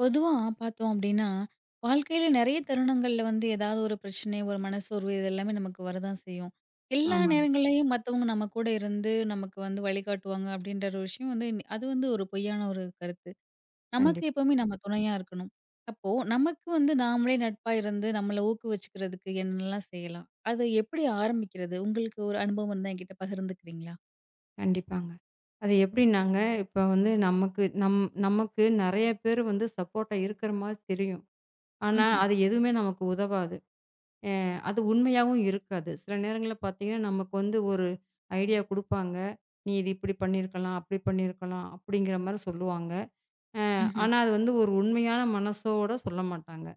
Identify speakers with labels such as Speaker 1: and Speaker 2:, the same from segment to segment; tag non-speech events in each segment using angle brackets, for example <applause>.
Speaker 1: பொதுவா பார்த்தோம் அப்டின்னா, வாழ்க்கையில நெறைய தருணங்கள்ல வந்து ஏதாவது ஒரு பிரச்சனை, ஒரு மனசோர்வு இது எல்லாமே நமக்கு வரதான் செய்யும். எல்லா
Speaker 2: ஆமாங்க.
Speaker 1: நேரங்கள்லயும் மத்தவங்க நம்ம கூட இருந்து நமக்கு வந்து வழிகாட்டுவாங்க அப்டின்ற ஒரு விஷயம் வந்து அது வந்து ஒரு பொய்யான ஒரு கருத்து. நமக்கு
Speaker 2: கண்டிப்பா,
Speaker 1: எப்பவுமே நம்ம துணையா இருக்கணும். அப்போ நமக்கு வந்து நாமளே நட்பா இருந்து நம்மள ஊக்குவிச்சுக்கிறதுக்கு என்னெல்லாம் செய்யலாம்? அது எப்படி ஆரம்பிக்கிறது? உங்களுக்கு ஒரு அனுபவம் இருந்தா என்கிட்ட பகிர்ந்துக்கிறீங்களா?
Speaker 2: கண்டிப்பாங்க. அது எப்படின்னாங்க, இப்ப வந்து நமக்கு நமக்கு நெறைய பேர் வந்து சப்போர்ட்டா இருக்கிற மாரி தெரியும். ஆனா,
Speaker 1: ம்ஹ்ம்,
Speaker 2: அது எதுவுமே நமக்கு உதவாது. அ அது உண்மையாவும் இருக்காது. சில நேரங்கள்ல பார்த்தீங்கன்னா, நமக்கு வந்து ஒரு ஐடியா குடுப்பாங்க. "நீ இது இப்படி பண்ணியிருக்கலாம், அப்படி பண்ணியிருக்கலாம்." அப்படிங்கிற மாரி சொல்லுவாங்க.
Speaker 1: ம்ஹ்ம்,
Speaker 2: ஆனா, அது வந்து ஒரு உண்மையான மனசோட சொல்ல மாட்டாங்க.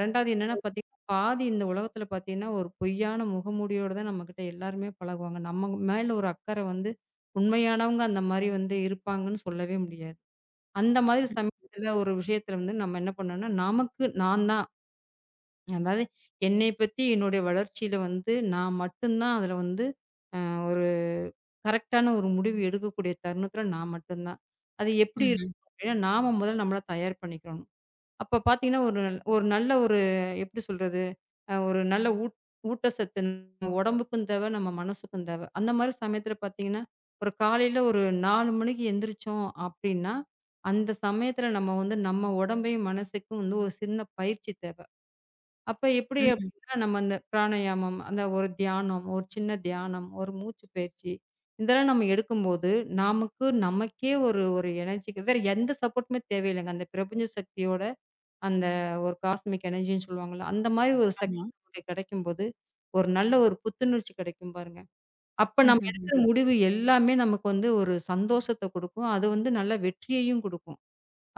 Speaker 2: 2வது என்னன்னா பார்த்தீங்கன்னா, பாதி இந்த உலகத்தில பார்த்தீங்கன்னா, ஒரு பொய்யான முகமூடியோட தான் நம்மகிட்ட எல்லாருமே பழகுவாங்க. நம்ம மேல ஒரு அக்கறை வந்து உண்மையானவங்க அந்த மாரி வந்து இருப்பாங்கன்னு சொல்லவே முடியாது. அந்த மாதிரி சமயத்தில ஒரு விஷயத்தில வந்து நம்ம என்ன பண்ணணும்னா, நமக்கு நான் தான் அதாவது என்னை பத்தி என்னுடைய வளர்ச்சியில வந்து நான் மட்டும் தான் அதில வந்து அ ஒரு கரெக்ட்டான ஒரு முடிவு எடுக்கக்கூடிய தருணத்தில நான் மட்டும் தான். அது எப்படி
Speaker 1: ம்ஹ்ம்,
Speaker 2: இருக்கும் அப்படின்னா, நாம முதல்ல நம்மள தயார் பண்ணிக்கணும். அப்ப பார்த்தீங்கன்னா, ஒரு நல்ல ஒரு எப்படி சொல்றது? ஒரு நல்ல ஊட்டச்சத்து நம்ம உடம்புக்கும் தேவை, நம்ம மனசுக்கும் தேவை. அந்த மாரி சமயத்துல பார்த்தீங்கன்னா, ஒரு காலையில ஒரு 4 மணிக்கு எந்திரிச்சோம் அப்டின்னா, அந்த சமயத்துல நம்ம வந்து நம்ம உடம்பையும், மனசுக்கும் வந்து ஒரு சின்ன பயிற்சி தேவை. அப்ப எப்படி
Speaker 1: ம்ஹ்ம்.
Speaker 2: அப்டின்னா, நம்ம அந்த பிராணாயாமம், அந்த ஒரு தியானம், ஒரு சின்ன தியானம், ஒரு மூச்சு பயிற்சி, இதெல்லாம் நம்ம எடுக்கும்போது, நமக்கு நமக்கே ஒரு ஒரு எனர்ஜிக்கு வேற எந்த சப்போர்ட்டுமே தேவையில்லைங்க. அந்த பிரபஞ்ச சக்தியோட அந்த ஒரு காஸ்மிக் எனர்ஜின்னு சொல்லுவாங்கல்ல, அந்த மாரி ஒரு சக்தி
Speaker 1: ஆமா.
Speaker 2: நமக்கு கிடைக்கும்போது, ஒரு நல்ல ஒரு புத்துணர்ச்சி கிடைக்கும் பாருங்க. அப்ப நம்ம
Speaker 1: ம்ஹ்ம், ம்.
Speaker 2: எடுக்கிற முடிவு எல்லாமே நமக்கு வந்து ஒரு சந்தோஷத்த குடுக்கும். அது வந்து நல்ல வெற்றியையும் குடுக்கும்.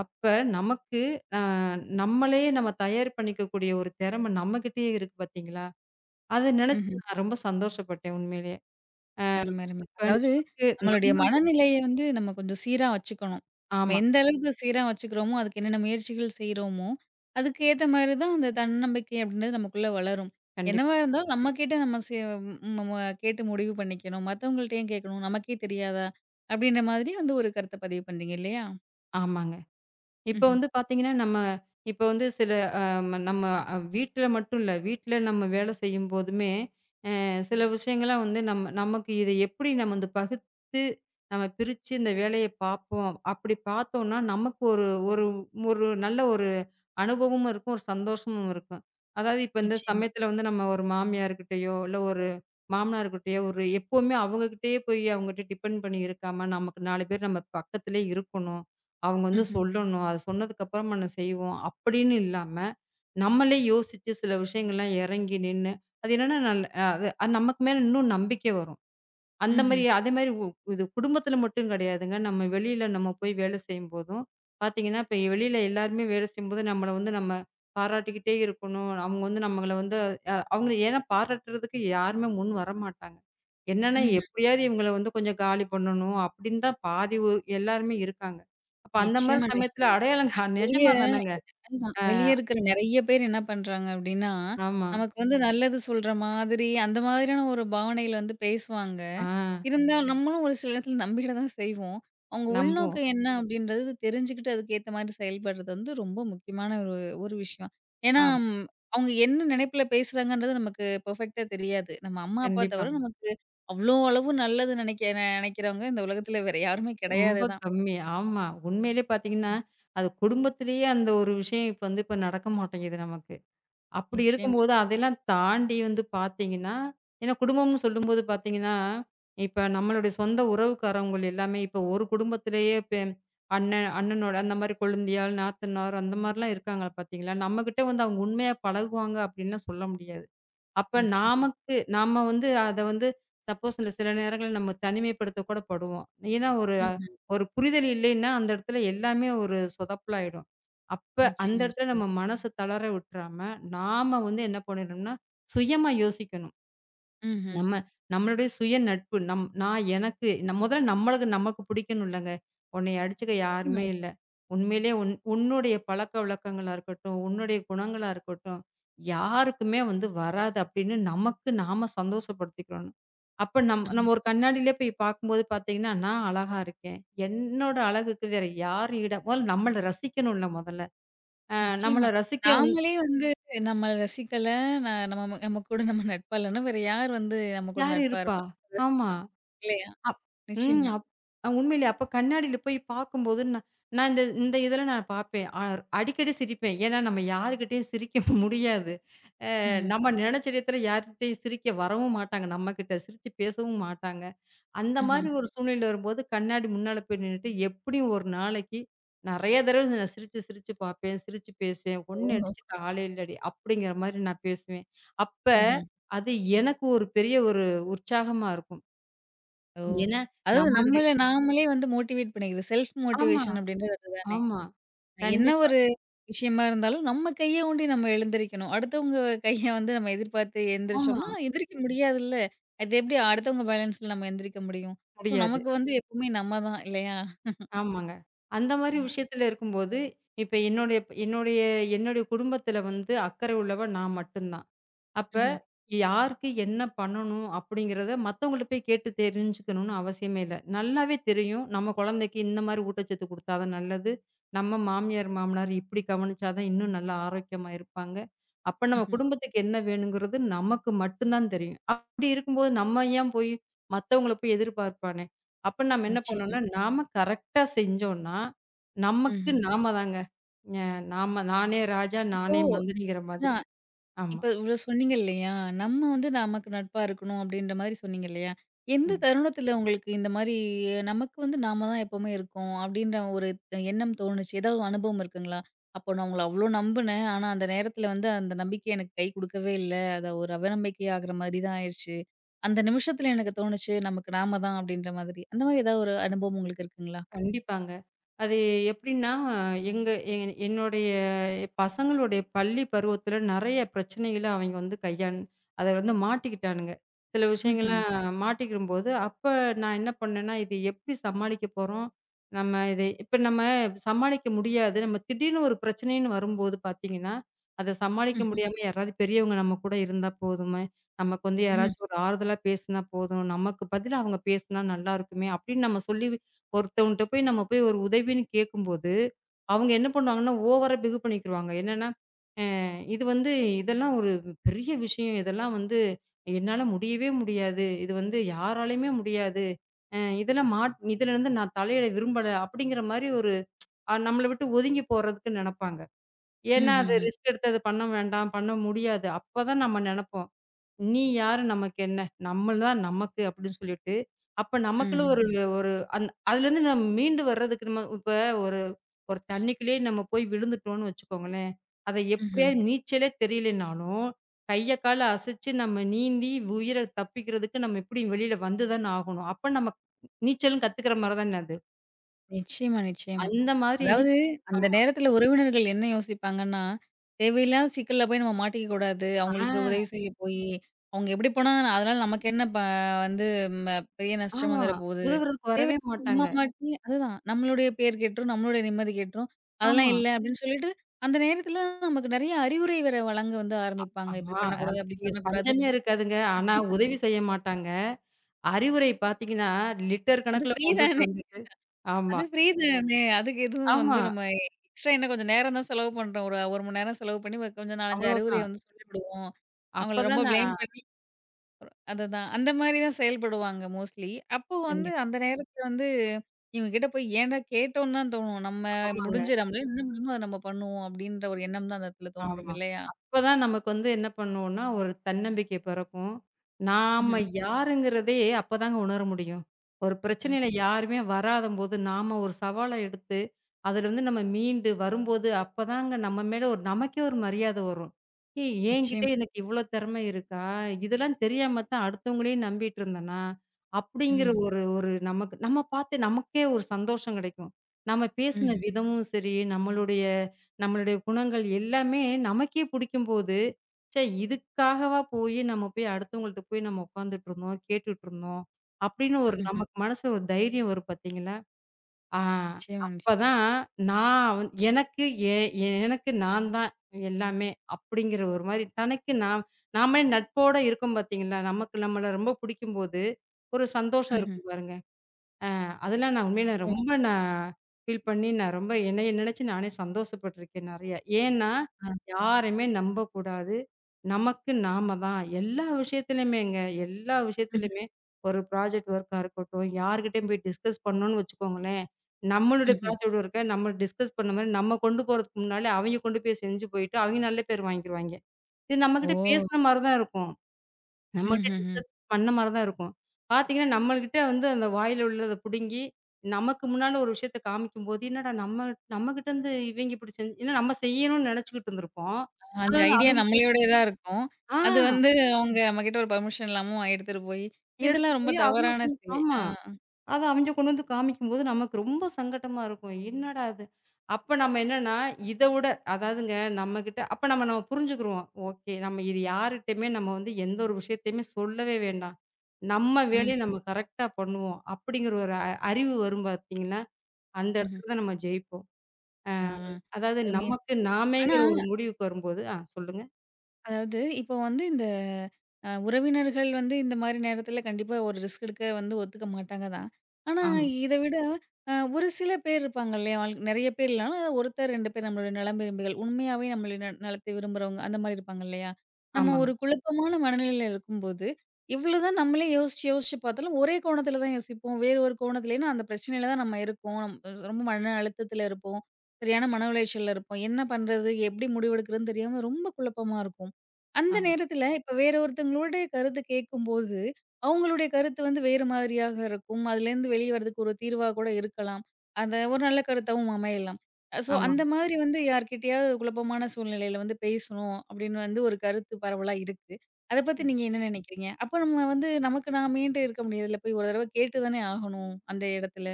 Speaker 2: அப்ப நமக்கு நம்மளே நம்ம தயார் பண்ணிக்கக்கூடிய ஒரு திறமை நம்மகிட்டயே இருக்கு பார்த்தீங்களா? அத நினைச்சு
Speaker 1: ம்ஹ்ம்.
Speaker 2: நான் ரொம்ப சந்தோஷப்பட்டேன் உண்மையிலேயே.
Speaker 1: அருமை, அருமை.
Speaker 2: இப்ப
Speaker 1: அதாவது
Speaker 2: நமக்கு
Speaker 1: நம்மளுடைய
Speaker 2: நம்ம.
Speaker 1: மனநிலைய வந்து நம்ம கொஞ்சம் சீரா வச்சுக்கணும். நம்ம
Speaker 2: ஆமா.
Speaker 1: எந்த அளவுக்கு சீரா வச்சுக்கிறோமோ, அதுக்கு என்னென்ன முயற்சிகள் செய்றோமோ, அதுக்கு ஏத்த மாரி தான் அந்த தன்னம்பிக்கை அப்படின்றது நமக்குள்ள வளரும். என்னவா
Speaker 2: கண்டிப்பா.
Speaker 1: இருந்தாலும் நம்ம கேட்டு நம்ம செ ம் நம்ம கேட்டு முடிவு பண்ணிக்கணும். மத்தவங்கள்ட்ட ஏன் கேட்கணும்? நமக்கே தெரியாதா? அப்படின்ற மாதிரி வந்து ஒரு கருத்த பதிவு பண்றீங்க இல்லையா?
Speaker 2: ஆமாங்க. இப்ப
Speaker 1: ம்ஹ்ம்.
Speaker 2: வந்து பார்த்தீங்கன்னா, நம்ம இப்ப வந்து சில அ நம்ம வீட்ல மட்டும் இல்ல. வீட்ல நம்ம வேலை செய்யும்போதுமே சில விஷயங்கள்லாம் வந்து நம்ம நமக்கு இதை எப்படி நம்ம வந்து பகுத்து நம்ம பிரிச்சு இந்த வேலையை பார்ப்போம் அப்படி பார்த்தோம்னா நமக்கு ஒரு ஒரு ஒரு நல்ல ஒரு அனுபவமும் இருக்கும். ஒரு சந்தோஷமும் இருக்கும். அதாவது இப்ப இந்த
Speaker 1: நிச்சயமா.
Speaker 2: சமயத்துல வந்து நம்ம ஒரு மாமியார்கிட்டயோ, இல்ல ஒரு மாமனார்கிட்டயோ ஒரு எப்பவுமே அவங்ககிட்டயே போய் அவங்ககிட்ட டிபெண்ட் பண்ணி இருக்காம, நமக்கு 4 பேர் நம்ம பக்கத்திலே இருக்கணும். அவங்க வந்து
Speaker 1: ம்ஹ்ம்.
Speaker 2: சொல்லணும். அத சொன்னதுக்கு அப்புறமா நம்ம செய்வோம். அப்படின்னு இல்லாம, நம்மளே யோசிச்சு சில விஷயங்கள்லாம் இறங்கி நின்னு, அது என்னன்னா நல் அது அது நமக்கு மேல இன்னும் நம்பிக்கை வரும். அந்த
Speaker 1: ம்ஹ்ம்.
Speaker 2: மாரி அதே மாரி இது குடும்பத்தில மட்டும் கிடையாதுங்க. நம்ம வெளியில நம்ம போய் வேலை செய்யும்போதும் பார்த்தீங்கன்னா, இப்ப வெளியில எல்லாருமே வேலை செய்யும்போது நம்மள வந்து நம்ம பாராட்டிக்கிட்டே இருக்கணும். அவங்க வந்து நம்மள வந்து அவங்க ஏன்னா பாராட்டுறதுக்கு யாருமே முன் வரமாட்டாங்க. என்னன்னா,
Speaker 1: ம்ஹ்ம்.
Speaker 2: எப்படியாவது இவங்கள வந்து கொஞ்சம் காலி பண்ணணும் அப்படின்னு தான் பாதி எல்லாருமே இருக்காங்க. அப்ப அந்த மாரி
Speaker 1: நிச்சயமா,
Speaker 2: சமயத்தில
Speaker 1: நிச்சயமா.
Speaker 2: அடையாளங்க
Speaker 1: வெளிய
Speaker 2: நிஜமா தானங்க.
Speaker 1: அதுதான். வெளிய இருக்கிற நெறைய பேர் என்ன பண்றாங்க அப்டின்னா,
Speaker 2: ஆமா.
Speaker 1: நமக்கு வந்து நல்லது சொல்ற மாதிரி, அந்த மாதிரியான ஒரு பாவனையில வந்து பேசுவாங்க.
Speaker 2: ஆ
Speaker 1: இருந்தாலும் நம்மளும் ஒரு சில இடத்துல நம்பிட தான் செய்வோம். அவங்க
Speaker 2: நம்புவோம்.
Speaker 1: உள்நோக்கம் என்ன அப்டின்றது தெரிஞ்சுக்கிட்டு அதுக்கேத்த மாரி செயல்படுறது வந்து ரொம்ப முக்கியமான ஒரு ஒரு விஷயம். ஏன்னா,
Speaker 2: ஆமா.
Speaker 1: அவங்க என்ன நினைப்புல பேசுறாங்கன்றது நமக்கு பெர்ஃபெக்ட்டா தெரியாது. நம்ம அம்மா, அப்பா தவிர
Speaker 2: கண்டிப்பாங்க.
Speaker 1: நமக்கு அவ்ளோ அளவு நல்லது நினைக்க நெனைக்கிறவங்க இந்த உலகத்துல வேற யாருமே கிடையாது
Speaker 2: ரொம்ப
Speaker 1: தான்.
Speaker 2: கம்மி. ஆமா. உண்மையிலே பார்த்தீங்கன்னா, அது குடும்பத்திலேயே அந்த ஒரு விஷயம் இப்ப வந்து இப்ப நடக்க மாட்டேங்குது நமக்கு. அப்படி
Speaker 1: நிச்சயமா,
Speaker 2: இருக்கும்போது, அதெல்லாம் தாண்டி வந்து பார்த்தீங்கன்னா, ஏன்னா குடும்பம்னு சொல்லும்போது பார்த்தீங்கன்னா, இப்ப நம்மளுடைய சொந்த உறவுக்காரவங்கள் எல்லாமே இப்ப ஒரு குடும்பத்திலேயே அண்ணன் அண்ணனோட அந்த மாரி கொழுந்தியாள், நாத்தனார் அந்த மாரிலாம் இருக்காங்க பார்த்தீங்களா? நம்மகிட்ட வந்து அவங்க உண்மையா பழகுவாங்க அப்படின்லாம் சொல்ல முடியாது. அப்ப
Speaker 1: நிச்சயமா.
Speaker 2: நமக்கு நாம வந்து அத வந்து சப்போஸ் இந்த சில நேரங்கள்ல நம்ம தனிமைப்படுத்த கூட படுவோம். ஏன்னா, ஒரு
Speaker 1: ம்.
Speaker 2: ஒரு புரிதல் இல்லைன்னா, அந்த இடத்துல எல்லாமே ஒரு சொதப்பலாயிடும். அப்ப அந்த
Speaker 1: நிச்சயமா,
Speaker 2: இடத்துல
Speaker 1: நிச்சயமா.
Speaker 2: நம்ம மனசு தளர விட்டுறாம, நாம வந்து என்ன பண்ணிடணும்னா, சுயமா யோசிக்கணும். நம்ம
Speaker 1: ம்ஹ்ஹ்ம்.
Speaker 2: நம்மளுடைய சுய நட்பு. நம் நான் எனக்கு நம் முதல்ல நம்மளுக்கு நமக்கு பிடிக்கணும்லங்க. உன்னைய அடிச்சுக்க
Speaker 1: நிச்சயமா,
Speaker 2: யாருமே இல்ல.
Speaker 1: நிச்சயமா.
Speaker 2: உண்மையிலேயே உன் உன்னுடைய பழக்கவழக்கங்களா இருக்கட்டும், உன்னுடைய குணங்களா இருக்கட்டும், யாருக்குமே வந்து வராது அப்படின்னு நமக்கு நாம சந்தோஷப்படுத்திக்கிறணும். அப்ப நம்
Speaker 1: ஆமா.
Speaker 2: நம்ம ஒரு கண்ணாடியிலே போய் பார்க்கும்போது பார்த்தீங்கன்னா, நான் அழகா இருக்கேன். என்னோட அழகுக்கு வேற யார் ஈடா முதல்ல நம்மள ரசிக்கணும்ல முதல்ல. அ
Speaker 1: நிச்சயமா.
Speaker 2: நம்மள ரசிக்க வந்து
Speaker 1: நாமளே வந்து நம்ம ரசிக்கல, ந நம்ம நம்ம கூட நம்ம நட்பா இல்லன்னா, வேற யார் வந்து நம்ம கூட
Speaker 2: யார்
Speaker 1: நட்பா
Speaker 2: இருப்பா?
Speaker 1: இருப்பா?
Speaker 2: ஆமா.
Speaker 1: ரசிப்பா. இல்லையா?
Speaker 2: அப் ம்.
Speaker 1: நிச்சயமா.
Speaker 2: அப் அ உண்மையிலே அப்ப கண்ணாடியில போய் பார்க்கும்போது, நான் நான் இந்த இந்த இதில நான் பார்ப்பேன். அடிக்கடி சிரிப்பேன். ஏன்னா, நம்ம யாருகிட்டயும் சிரிக்க <laughs> முடியாது.
Speaker 1: ம்ஹ்ம்.
Speaker 2: நம்ம நெனச்ச இடத்துல யார்கிட்டயும் சிரிக்க வரவும் மாட்டாங்க. நம்மகிட்ட சிரிச்சு பேசவும் மாட்டாங்க. அந்த
Speaker 1: ம்ஹ்ம்.
Speaker 2: மாரி ம். ஒரு சூழ்நிலை வரும்போது, கண்ணாடி முன்னால போய் நின்னுட்டு, எப்படியும் ஒரு நாளைக்கு நெறைய தடவ நான் சிரிச்சு, சிரிச்சு பார்ப்பேன். சிரிச்சு பேசுவேன். "ஒண்ணு
Speaker 1: ஓஹோ!
Speaker 2: அடிச்சுக்க ஆளே இல்லடி" அப்படிங்கிற மாரி நான் பேசுவேன். அப்ப
Speaker 1: ம்ஹ்ம்.
Speaker 2: அது எனக்கு ஒரு பெரிய ஒரு உற்சாகமா இருக்கும்.
Speaker 1: ஓ!
Speaker 2: ஏன்னா,
Speaker 1: அதாவது
Speaker 2: நம்மளுடைய.
Speaker 1: நம்மள நாமளே வந்து மோட்டிவேட் பண்ணிக்கிறது. செல்ஃப்
Speaker 2: ஆமா.
Speaker 1: மோட்டிவேஷன் அப்படின்றது அதுதானே!
Speaker 2: ஆமா.
Speaker 1: என்ன
Speaker 2: கண்டிப்பா.
Speaker 1: ஒரு விஷயமா இருந்தாலும், நம்ம கைய ஊண்டி நம்ம எழுந்திரிக்கணும். அடுத்தவங்க கைய வந்து நம்ம எதிர்பார்த்து
Speaker 2: ஆமா.
Speaker 1: எந்திரிச்சோம்னா, எந்திரிக்க முடியாதுல்ல. அது எப்படி அடுத்தவங்க பேலன்ஸ்ல நம்ம எந்திரிக்க முடியும்? ஸோ,
Speaker 2: முடியாது.
Speaker 1: நமக்கு வந்து எப்பவுமே நம்ம தான் இல்லையா?
Speaker 2: ஆமாங்க. அந்த
Speaker 1: அ.
Speaker 2: மாரி விஷயத்துல இருக்கும்போது, இப்ப என்னுடைய என்னுடைய என்னுடைய குடும்பத்துல வந்து அக்கறை உள்ளவ நான் மட்டும் தான். அப்ப
Speaker 1: ம்ஹ்ம்,
Speaker 2: யாருக்கு என்ன பண்ணணும் அப்படிங்கிறத மத்தவங்கள்ட்ட போய் கேட்டு தெரிஞ்சுக்கணும்னு அவசியமே இல்ல. நல்லாவே தெரியும். நம்ம குழந்தைக்கு இந்த மாரி ஊட்டச்சத்து குடுத்தா தான் நல்லது. நம்ம மாமியார், மாமனார் இப்படி கவனிச்சா தான் இன்னும் நல்லா ஆரோக்கியமா இருப்பாங்க. அப்ப நம்ம
Speaker 1: ம்ஹ்ம்.
Speaker 2: குடும்பத்துக்கு என்ன வேணுங்கிறது நமக்கு மட்டும் தான் தெரியும். அப்படி இருக்கும்போது நம்ம ஏன் போய் மத்தவங்கள போய் எதிர்பார்ப்பானே? அப்ப நம்ம என்ன
Speaker 1: நிச்சயமா.
Speaker 2: பண்ணணும்னா, நாம கரெக்ட்டா செஞ்சோம்னா, நமக்கு
Speaker 1: ம்ஹ்ம்.
Speaker 2: நாம தாங்க. அ நாம நானே ராஜா,
Speaker 1: இப்போ
Speaker 2: நானே மந்திரிங்கிற மாதிரி.
Speaker 1: அதான்
Speaker 2: ஆமா.
Speaker 1: இப்ப இவ்ளோ சொன்னீங்க இல்லையா? நம்ம வந்து நமக்கு நட்பா இருக்கணும் அப்டின்ற மாரி சொன்னீங்க இல்லையா? எந்த தருணத்துல உங்களுக்கு இந்த மாரி நமக்கு வந்து நாம தான் எப்பவுமே இருக்கோம் அப்டின்ற ஒரு எண்ணம் தோணுச்சு? ஏதாவது அனுபவம் இருக்குங்களா? அப்போ நான் உங்கள அவ்ளோ நம்புனேன். ஆனா அந்த நேரத்துல வந்து அந்த நம்பிக்கை எனக்கு கை குடுக்கவே இல்ல. அது ஒரு அவநம்பிக்கை ஆகுற மாரி தான் ஆயிருச்சு. அந்த நிமிஷத்துல எனக்கு தோணுச்சு நமக்கு நாம தான் அப்டின்ற மாதிரி. அந்த மாரி ஏதாவது ஒரு அனுபவம் உங்களுக்கு இருக்குங்களா?
Speaker 2: கண்டிப்பாங்க. அது எப்படின்னா, எங்க என் என்னுடைய பசங்களுடைய பள்ளி பருவத்தில நெறைய பிரச்சனைகள அவைங்க வந்து அத வந்து மாட்டிக்கிட்டானுங்க. சில
Speaker 1: ம்ஹ்ம்.
Speaker 2: விஷயங்கள்லாம் ம். மாட்டிக்கிரும்போது, அப்ப நான் என்ன பண்ணேன்னா, இது எப்படி சமாளிக்க போறோம்? நம்ம இதை இப்ப நம்ம சமாளிக்க முடியாது. நம்ம திடீர்னு ஒரு பிரச்சனைன்னு வரும்போது பார்த்தீங்கன்னா, அத சமாளிக்க
Speaker 1: ம்ஹ்ம்.
Speaker 2: முடியாம யாராவது பெரியவங்க நம்ம கூட இருந்தா போதுமே! நமக்கு வந்து
Speaker 1: ம்.
Speaker 2: யாராச்சும் ஒரு ஆறுதலா பேசினா போதும். நமக்கு பதிலா அவங்க பேசினா நல்லாருக்குமே! அப்படின்னு நம்ம சொல்லி ஒருத்தவன்ட்ட போய் நம்ம போய் ஒரு உதவின்னு கேட்கும்போது, அவங்க என்ன பண்ணுவாங்கன்னா, ஓவரா பிகு பண்ணிக்கிருவாங்க. என்னன்னா, இது வந்து இதெல்லாம் ஒரு பெரிய விஷயம். இதெல்லாம் வந்து என்னால முடியவே முடியாது. இது வந்து யாராலயுமே முடியாது. இதெல்லாம் இதுலருந்து நான் தலையிட விரும்பல. அப்படிங்கிற மாரி ஒரு நம்மள விட்டு ஒதுங்கி போறதுக்கு நெனப்பாங்க. ஏன்னா, அது
Speaker 1: ம்ஹ்ஹ்ம்.
Speaker 2: ரிஸ்க் எடுத்து அது பண்ண வேண்டாம், பண்ண முடியாது. அப்பதான் நம்ம நெனப்போம். "நீ யாரு? நமக்கு என்ன? நம்மள் தான் நமக்கு" அப்படின்னு சொல்லிட்டு, அப்ப நமக்குள்ள
Speaker 1: ம்ஹ்ம்.
Speaker 2: ஒரு ஒரு அந் அதுலேருந்து நம்ம மீண்டு வர்றதுக்கு நம்ம இப்ப ஒரு ஒரு தண்ணிக்குள்ளேயே நம்ம போய் விழுந்துட்டோம்னு வச்சுக்கோங்களேன், அத ம்.
Speaker 1: ம்ஹ்ம்.
Speaker 2: எப்படியாவது நீச்சலே தெரியலைனாலும், கைய கால அசைச்சு நம்ம நீந்தி உயிர தப்பிக்கிறதுக்கு நம்ம எப்படியும் வெளியில வந்து தான ஆகணும். அப்ப நம்ம நீச்சலும் கத்துக்கிற மாரி தான அது.
Speaker 1: நிச்சயமா, நிச்சயமா.
Speaker 2: அந்த மாதிரி
Speaker 1: அதாவது அந்த
Speaker 2: ஆமா.
Speaker 1: நேரத்துல உறவினர்கள் என்ன யோசிப்பாங்கன்னா, தேவையில்லாத சிக்கல்ல போய் நம்ம மாட்டிக்க கூடாது. அவங்களுக்கு உதவி
Speaker 2: ஆ,
Speaker 1: செய்ய போயி, அவங்க எப்படி போனா அதனால நமக்கு என்ன ப வந்து ம பெரிய நஷ்டம்
Speaker 2: ஆமா.
Speaker 1: வந்துற போகுது.
Speaker 2: உதவுறதுக்கு
Speaker 1: தேவை
Speaker 2: வரவே
Speaker 1: நம்ம
Speaker 2: மாட்டாங்க.
Speaker 1: மாட்டி அதுதான் நம்மளுடைய பேர் கெட்டுரும், நம்மளுடைய நிம்மதி கெட்டுரும். அதெல்லாம்
Speaker 2: ஆமா.
Speaker 1: இல்ல அப்படின்னு சொல்லிட்டு, அந்த நேரத்துல நமக்கு நெறைய அறிவுரை வேற வழங்க வந்து ஆரம்பிப்பாங்க.
Speaker 2: ஆ
Speaker 1: இப்படி பண்ணக்கூடாது,
Speaker 2: அதுக்கு
Speaker 1: அப்படி
Speaker 2: நீங்க
Speaker 1: பண்ணக்கூடாது.
Speaker 2: பஞ்சமே இருக்காதுங்க. ஆனா உதவி செய்ய மாட்டாங்க. அறிவுரை பார்த்தீங்கன்னா, லிட்டர்
Speaker 1: அது
Speaker 2: கணக்குல
Speaker 1: ஃப்ரீ
Speaker 2: கொண்டுட்டு
Speaker 1: தானே!
Speaker 2: வந்துட்டு ஆமா,
Speaker 1: அது ஃப்ரீ தானே! அதுக்கு எதுவும் வந்து
Speaker 2: ஆமா.
Speaker 1: நம்ம எக்ஸ்ட்ரா என்ன கொஞ்சம் நேரம் தான் செலவு பண்றோம். ஒரு 1 மணி நேரம் செலவு பண்ணி ஒரு கொஞ்சம் 4, 5 அறிவுரைய
Speaker 2: அவ்வளோதான்.
Speaker 1: வந்து சொல்லிவிடுவோம். அவங்கள ரொம்ப
Speaker 2: அப்பதான் நான்.
Speaker 1: பிளேம் பண்ணி அதுதான். அந்த மாரி தான் செயல்படுவாங்க மோஸ்ட்லி. அப்போ வந்து
Speaker 2: கண்டிப்பா.
Speaker 1: அந்த நேரத்துல வந்து இவங்க கிட்ட போய் ஏன்டா கேட்டோம்னு தான் தோணும். நம்ம
Speaker 2: ஆமாங்க.
Speaker 1: முடிஞ்சு நம்மளால என்ன முடியுமோ அத நம்ம பண்ணுவோம் அப்டின்ற ஒரு எண்ணம் தான் அந்த இடத்துல தோன்றும்
Speaker 2: ஆமா.
Speaker 1: இல்லையா?
Speaker 2: அப்பதான் நமக்கு வந்து என்ன பண்ணுவோம்னா, ஒரு தன்னம்பிக்கை பிறக்கும். நாம
Speaker 1: ம்ஹ்ம்.
Speaker 2: யாருங்கிறதே அப்பதாங்க உணர முடியும். ஒரு
Speaker 1: ம்.
Speaker 2: பிரச்சனையில யாருமே வராதம்போது, நாம ஒரு சவால எடுத்து, அதுலருந்து நம்ம மீண்டு வரும்போது, அப்பதாங்க நம்ம மேல ஒரு நமக்கே ஒரு மரியாதை வரும். ஏய்! என்கிட்ட
Speaker 1: நிச்சயமா.
Speaker 2: எனக்கு இவ்ளோ திறமை இருக்கா? இதெல்லாம் தெரியாம தான் அடுத்தவங்களையும் நம்பிட்டு இருந்தேனா? அப்படிங்கிற
Speaker 1: ம்.
Speaker 2: ஒரு ஒரு நமக்கு நம்ம பார்த்து நமக்கே ஒரு சந்தோஷம் கிடைக்கும். நம்ம பேசின
Speaker 1: ம்ஹ்ம்.
Speaker 2: விதமும் சரி, நம்மளுடைய நம்மளுடைய குணங்கள் எல்லாமே நமக்கே புடிக்கும்போது, ச்சே இதுக்காகவா போயி நம்ம போய் அடுத்தவங்கள்ட்ட போய் நம்ம உட்காந்துட்டு இருந்தோம், கேட்டுட்டு இருந்தோம். அப்படின்னு ஒரு
Speaker 1: ம்ஹ்ம்.
Speaker 2: நமக்கு மனசுல ஒரு தைரியம் வரும் பார்த்தீங்களா? ஆ
Speaker 1: நிச்சயமா, நிச்சயமா.
Speaker 2: அப்பதான் நான் எனக்கு எ எனக்கு நான் தான் எல்லாமே அப்படிங்கிற ஒரு மாரி தனக்கு நான் நாமே நட்போட இருக்கோம் பார்த்தீங்களா? நமக்கு நம்மள ரொம்ப புடிக்கும்போது ஒரு சந்தோஷம்
Speaker 1: ம்ஹ்ம்.
Speaker 2: இருக்கும் பாருங்க. அதெல்லாம் நான் உண்மையில
Speaker 1: நிச்சயமா.
Speaker 2: ரொம்ப நான் ஃபீல் பண்ணி, நான் ரொம்ப என்னைய நினைச்சு நானே சந்தோஷப்பட்டுருக்கேன் நெறையா. ஏன்னா,
Speaker 1: ஆ.
Speaker 2: யாரையுமே நம்பக்கூடாது. நமக்கு நாம தான். எல்லா விஷயத்துலயுமேங்க, எல்லா
Speaker 1: ம்.
Speaker 2: விஷயத்துலயுமே ஒரு ப்ராஜெக்ட் ஒர்க்கா இருக்கட்டும், யார்கிட்டயும் போய் டிஸ்கஸ் பண்ணோம்னு வச்சுக்கோங்களேன், நம்மளுடைய
Speaker 1: ம்ஹ்ம்.
Speaker 2: ப்ராஜெக்ட் ஒர்க்க நம்ம டிஸ்கஸ் பண்ண மாரி நம்ம கொண்டு போறதுக்கு முன்னால அவைங்க கொண்டு போய் செஞ்சு போயிட்டு, அவைங்க நல்ல பேர் வாங்கிருவாய்ங்க. இது
Speaker 1: ஓ!
Speaker 2: நம்மகிட்ட பேசுன மாரி தான் இருக்கும். நம்மகிட்ட
Speaker 1: ம்ஹ்ஹ்ம்.
Speaker 2: டிஸ்கஸ் பண்ண மாரி தான் இருக்கும். பார்த்தீங்கன்னா, நம்மள்கிட்ட வந்து அந்த வாயில உள்ளத புடுங்கி, நமக்கு முன்னால ஒரு விஷயத்த காமிக்கும்போது, என்னடா நம்ம நம்மகிட்ட இருந்து இவைங்க இப்டி செஞ்சு ஏன்னா நம்ம செய்யணும்னு நெனச்சுக்கிட்டு இருந்திருப்போம்.
Speaker 1: அந்த
Speaker 2: ஆனா,
Speaker 1: ஐடியா
Speaker 2: அவங்க
Speaker 1: நம்மளோடயே தான் இருக்கும்.
Speaker 2: ஆ
Speaker 1: அது வந்து அவங்க நம்மகிட்ட ஒரு பெர்மிஷன் இல்லாம எடுத்துட்டு போய், இதெல்லாம்
Speaker 2: எடுத்துட்டு
Speaker 1: ரொம்ப
Speaker 2: போய் அவங்க
Speaker 1: தவறான
Speaker 2: கொண்டு-
Speaker 1: செயல்.
Speaker 2: ஆமா.
Speaker 1: ஆ.
Speaker 2: அத அவங்க கொண்டு வந்து காமிக்கும்போது நமக்கு ரொம்ப சங்கட்டமா இருக்கும். என்னடா இது? அப்ப நம்ம என்னன்னா, இத விட அதாவதுங்க நம்மகிட்ட அப்ப நம்ம நம்ம புரிஞ்சுக்குருவோம். ஓகே. நம்ம இது யார்கிட்டயுமே நம்ம வந்து எந்த ஒரு விஷயத்தையுமே சொல்லவே வேண்டாம். நம்ம
Speaker 1: ம்.
Speaker 2: வேலைய நம்ம கரெக்ட்டா பண்ணுவோம். அப்படிங்கிற ஒரு அறிவு வரும் பார்த்தீங்களா? அந்த
Speaker 1: ம்ஹ்ம்.
Speaker 2: இடத்துல தான் நம்ம ஜெயிப்போம்.
Speaker 1: ஆ.
Speaker 2: அதாவது
Speaker 1: அருமையா
Speaker 2: நமக்கு
Speaker 1: சொன்னீங்க. ஆனா
Speaker 2: நாமேங்கிற ஒரு முடிவுக்கு வரும்போது ஆ சொல்லுங்க.
Speaker 1: அதாவது, இப்போ வந்து இந்த உறவினர்கள் வந்து இந்த மாரி நேரத்தில கண்டிப்பா ஒரு ரிஸ்க் எடுக்க வந்து ஒத்துக்க மாட்டாங்க தான். ஆனா,
Speaker 2: ஆமா.
Speaker 1: இத விட ஒரு சில பேர் இருப்பாங்க இல்லையா? ஆள் நெறைய பேர் இல்லனாலும், ஒருத்தர் 2 பேர் நம்மளுடைய நலம் விரும்பிகள். உண்மையாவே நம்மளுடைய நலத்தை விரும்புறவங்க, அந்த மாரி இருப்பாங்க இல்லையா? நம்ம
Speaker 2: ஆமாங்க.
Speaker 1: ஒரு குழப்பமான மனநிலையில இருக்கும்போது, எவ்வளோதான் நம்மளே யோசிச்சு யோசிச்சு பார்த்தாலும், ஒரே கோணத்தில தான் யோசிப்போம். வேறு ஒரு கோணத்திலேன்னா அந்த பிரச்சனையில தான் நம்ம இருக்கோம். நம்ம ரொம்ப மன அழுத்தத்தில இருப்போம். சரியான மன உளைச்சல்ல இருப்போம். என்ன பண்றது? எப்படி முடிவெடுக்கிறதுன்னு தெரியாம ரொம்ப குழப்பமா இருக்கும். அந்த
Speaker 2: ஆமா.
Speaker 1: நேரத்துல இப்ப வேற ஒருத்தவங்களுடைய கருத்து கேட்கும்போது, அவங்களுடைய கருத்து வந்து வேறு மாதிரியாக இருக்கும். அதுலேருந்து வெளிய வரதுக்கு ஒரு தீர்வா கூட இருக்கலாம். அந்த ஒரு நல்ல கருத்தாவும் அமையலாம். ஸோ
Speaker 2: ஆமா.
Speaker 1: அந்த மாதிரி வந்து யார்கிட்டயாவது குழப்பமான சூழ்நிலையில வந்து பேசணும் அப்படின்னு வந்து ஒரு கருத்து பரவலா இருக்கு. அத பத்தி நீங்க என்ன நினைக்கிறீங்க? அப்ப நம்ம வந்து நமக்கு நாமேன்ட்டு இருக்க முடியாதுல்ல. போய் ஒரு தடவ கேட்டு தானே ஆகணும் அந்த இடத்துல.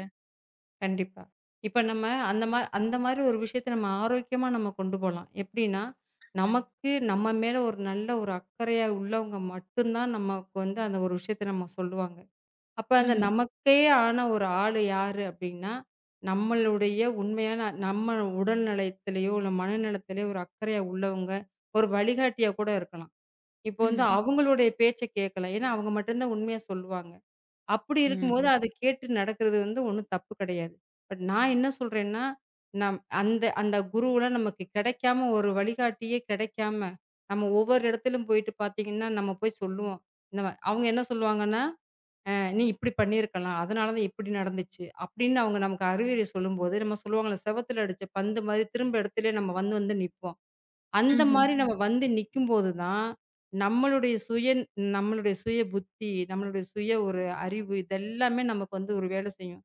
Speaker 2: கண்டிப்பா. இப்ப நம்ம அந்த மாரி ஒரு விஷயத்த நம்ம ஆரோக்கியமா நம்ம கொண்டு போலாம். எப்படின்னா, நமக்கு நம்ம மேல ஒரு நல்ல ஒரு அக்கறையா உள்ளவங்க மட்டும் தான் நமக்கு வந்து அந்த ஒரு விஷயத்த நம்ம சொல்லுவாங்க. அப்ப அந்த ம்.
Speaker 1: ம்ஹ்ம்,
Speaker 2: நமக்கே ஆன ஒரு ஆளு யாரு அப்படின்னா, நம்மளுடைய உண்மையான நம்ம உடல் நலத்திலயோ, இல்ல மனநலத்திலயோ ஒரு அக்கறையா உள்ளவங்க, ஒரு வழிகாட்டியா கூட இருக்கலாம். இப்போ வந்து
Speaker 1: ம்ஹ்ம்,
Speaker 2: ம். அவங்களுடைய பேச்ச கேட்கலாம். ஏன்னா அவங்க மட்டும் தான் உண்மைய சொல்லுவாங்க. அப்படி இருக்கும்போது
Speaker 1: ம்ஹ்ம்,
Speaker 2: அத கேட்டு நடக்கிறது வந்து ஒண்ணும் தப்பு கிடையாது. பட் நான் என்ன சொல்றேன்னா, நம் அந்த அந்த குருவலாம் நமக்கு கிடைக்காம ஒரு வழிகாட்டியே கிடைக்காம, நம்ம ஒவ்வொரு இடத்திலும் போயிட்டு பார்த்தீங்கன்னா, நம்ம போய் சொல்லுவோம். இந்த மா அவங்க என்ன சொல்லுவாங்கன்னா, நீ இப்படி பண்ணியிருக்கலாம். அதனால தான் இப்படி நடந்துச்சு." அப்படின்னு அவங்க நமக்கு அறிவுரை சொல்லும்போது, நம்ம சொல்லுவாங்கல்ல, "செவுத்துல அடிச்ச பந்து மாரி திரும்ப இடத்துலயே நம்ம வந்து வந்து நிப்போம்." அந்த
Speaker 1: ம்ஹ்ம்,
Speaker 2: மாரி ம். நம்ம வந்து நிக்கும்போது தான், நம்மளுடைய சுய நம்மளுடைய சுய புத்தி, நம்மளுடைய சுய ஒரு அறிவு இதெல்லாமே நமக்கு வந்து ஒரு வேலை செய்யும்.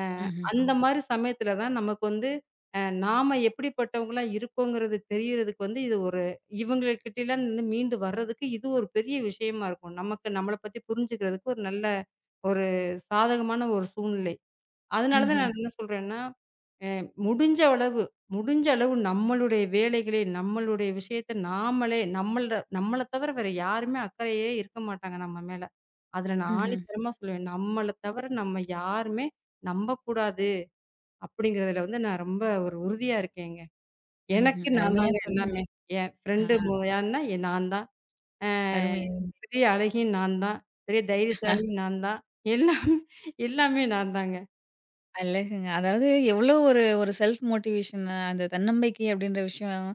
Speaker 2: அ
Speaker 1: ம்ஹ்ம்,
Speaker 2: அந்த ஆமா. மாரி சமயத்துல தான் நமக்கு வந்து நாம எப்படிப்பட்டவங்களா இருக்கோங்கிறது தெரியறதுக்கு வந்து இது ஒரு இவங்ககிட்டலாம் வந்து மீண்டு வர்றதுக்கு இது ஒரு பெரிய விஷயமா இருக்கும். நமக்கு நம்மள பத்தி புரிஞ்சுக்கிறதுக்கு ஒரு நல்ல ஒரு சாதகமான ஒரு சூழ்நிலை. அதனால தான் ம்.
Speaker 1: ம்ஹ்ம்,
Speaker 2: நான் என்ன சொல்றேன்னா அ முடிஞ்ச அளவு முடிஞ்ச அளவு நம்மளுடைய வேலைகளை, நம்மளுடைய விஷயத்த நாமளே நம்மள்ட நம்மள நம்மளை தவிர வேற யாருமே அக்கறையே இருக்க மாட்டாங்க நம்ம மேல. அதுல நான்
Speaker 1: ம்ஹ்ம்,
Speaker 2: ஆணித்தரமா சொல்லுவேன். நம்மள தவிர நம்ம யாருமே நம்பக்கூடாது அப்படிங்கிறதுல வந்து நான் ரொம்ப ஒரு உறுதியா இருக்கேங்க.
Speaker 1: ம்ஹ்ம்.
Speaker 2: எனக்கு நான்
Speaker 1: அருமையா
Speaker 2: தாங்க
Speaker 1: சொன்னீங்க.
Speaker 2: எல்லாமே. என்
Speaker 1: ஆ
Speaker 2: ஃப்ரெண்டு யாருன்னா என் நான் தான். அ
Speaker 1: அருமை.
Speaker 2: பெரிய அழகி நான் தான். பெரிய தைரியசாலி நான் தான். எல்லாமே எல்லாமே நான் தாங்க.
Speaker 1: அழகுங்க. அதாவது எவ்ளோ ஒரு ஒரு செல்ஃப் மோட்டிவேஷன் அந்த தன்னம்பிக்கை அப்டின்ற விஷயம்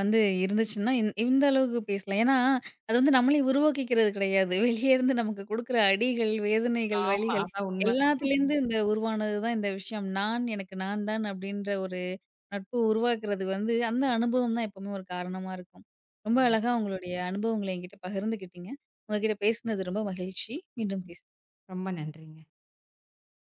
Speaker 1: வந்து இருந்துச்சுன்னா, இந்த அளவுக்கு பேசலாம். ஏன்னா, அது வந்து நம்மளே உருவாக்கிக்கிறது கிடையாது. வெளிய இருந்து நமக்கு குடுக்குற அடிகள், வேதனைகள்,
Speaker 2: ஆமா.
Speaker 1: வலிகள்
Speaker 2: அதான் உண்மை.
Speaker 1: எல்லாத்துலேருந்து இந்த உருவானது தான் இந்த விஷயம். நான் எனக்கு நான் தான் அப்டின்ற ஒரு நட்பு உருவாக்குறது வந்து அந்த அனுபவம் தான் எப்பவுமே ஒரு காரணமா இருக்கும். ரொம்ப
Speaker 2: கண்டிப்பா.
Speaker 1: அழகா உங்களுடைய அனுபவங்கள என்கிட்ட பகிர்ந்துக்கிட்டீங்க. உங்ககிட்ட பேசினது ரொம்ப மகிழ்ச்சி. மீண்டும் பேசலாம்.
Speaker 2: ரொம்ப நன்றிங்க.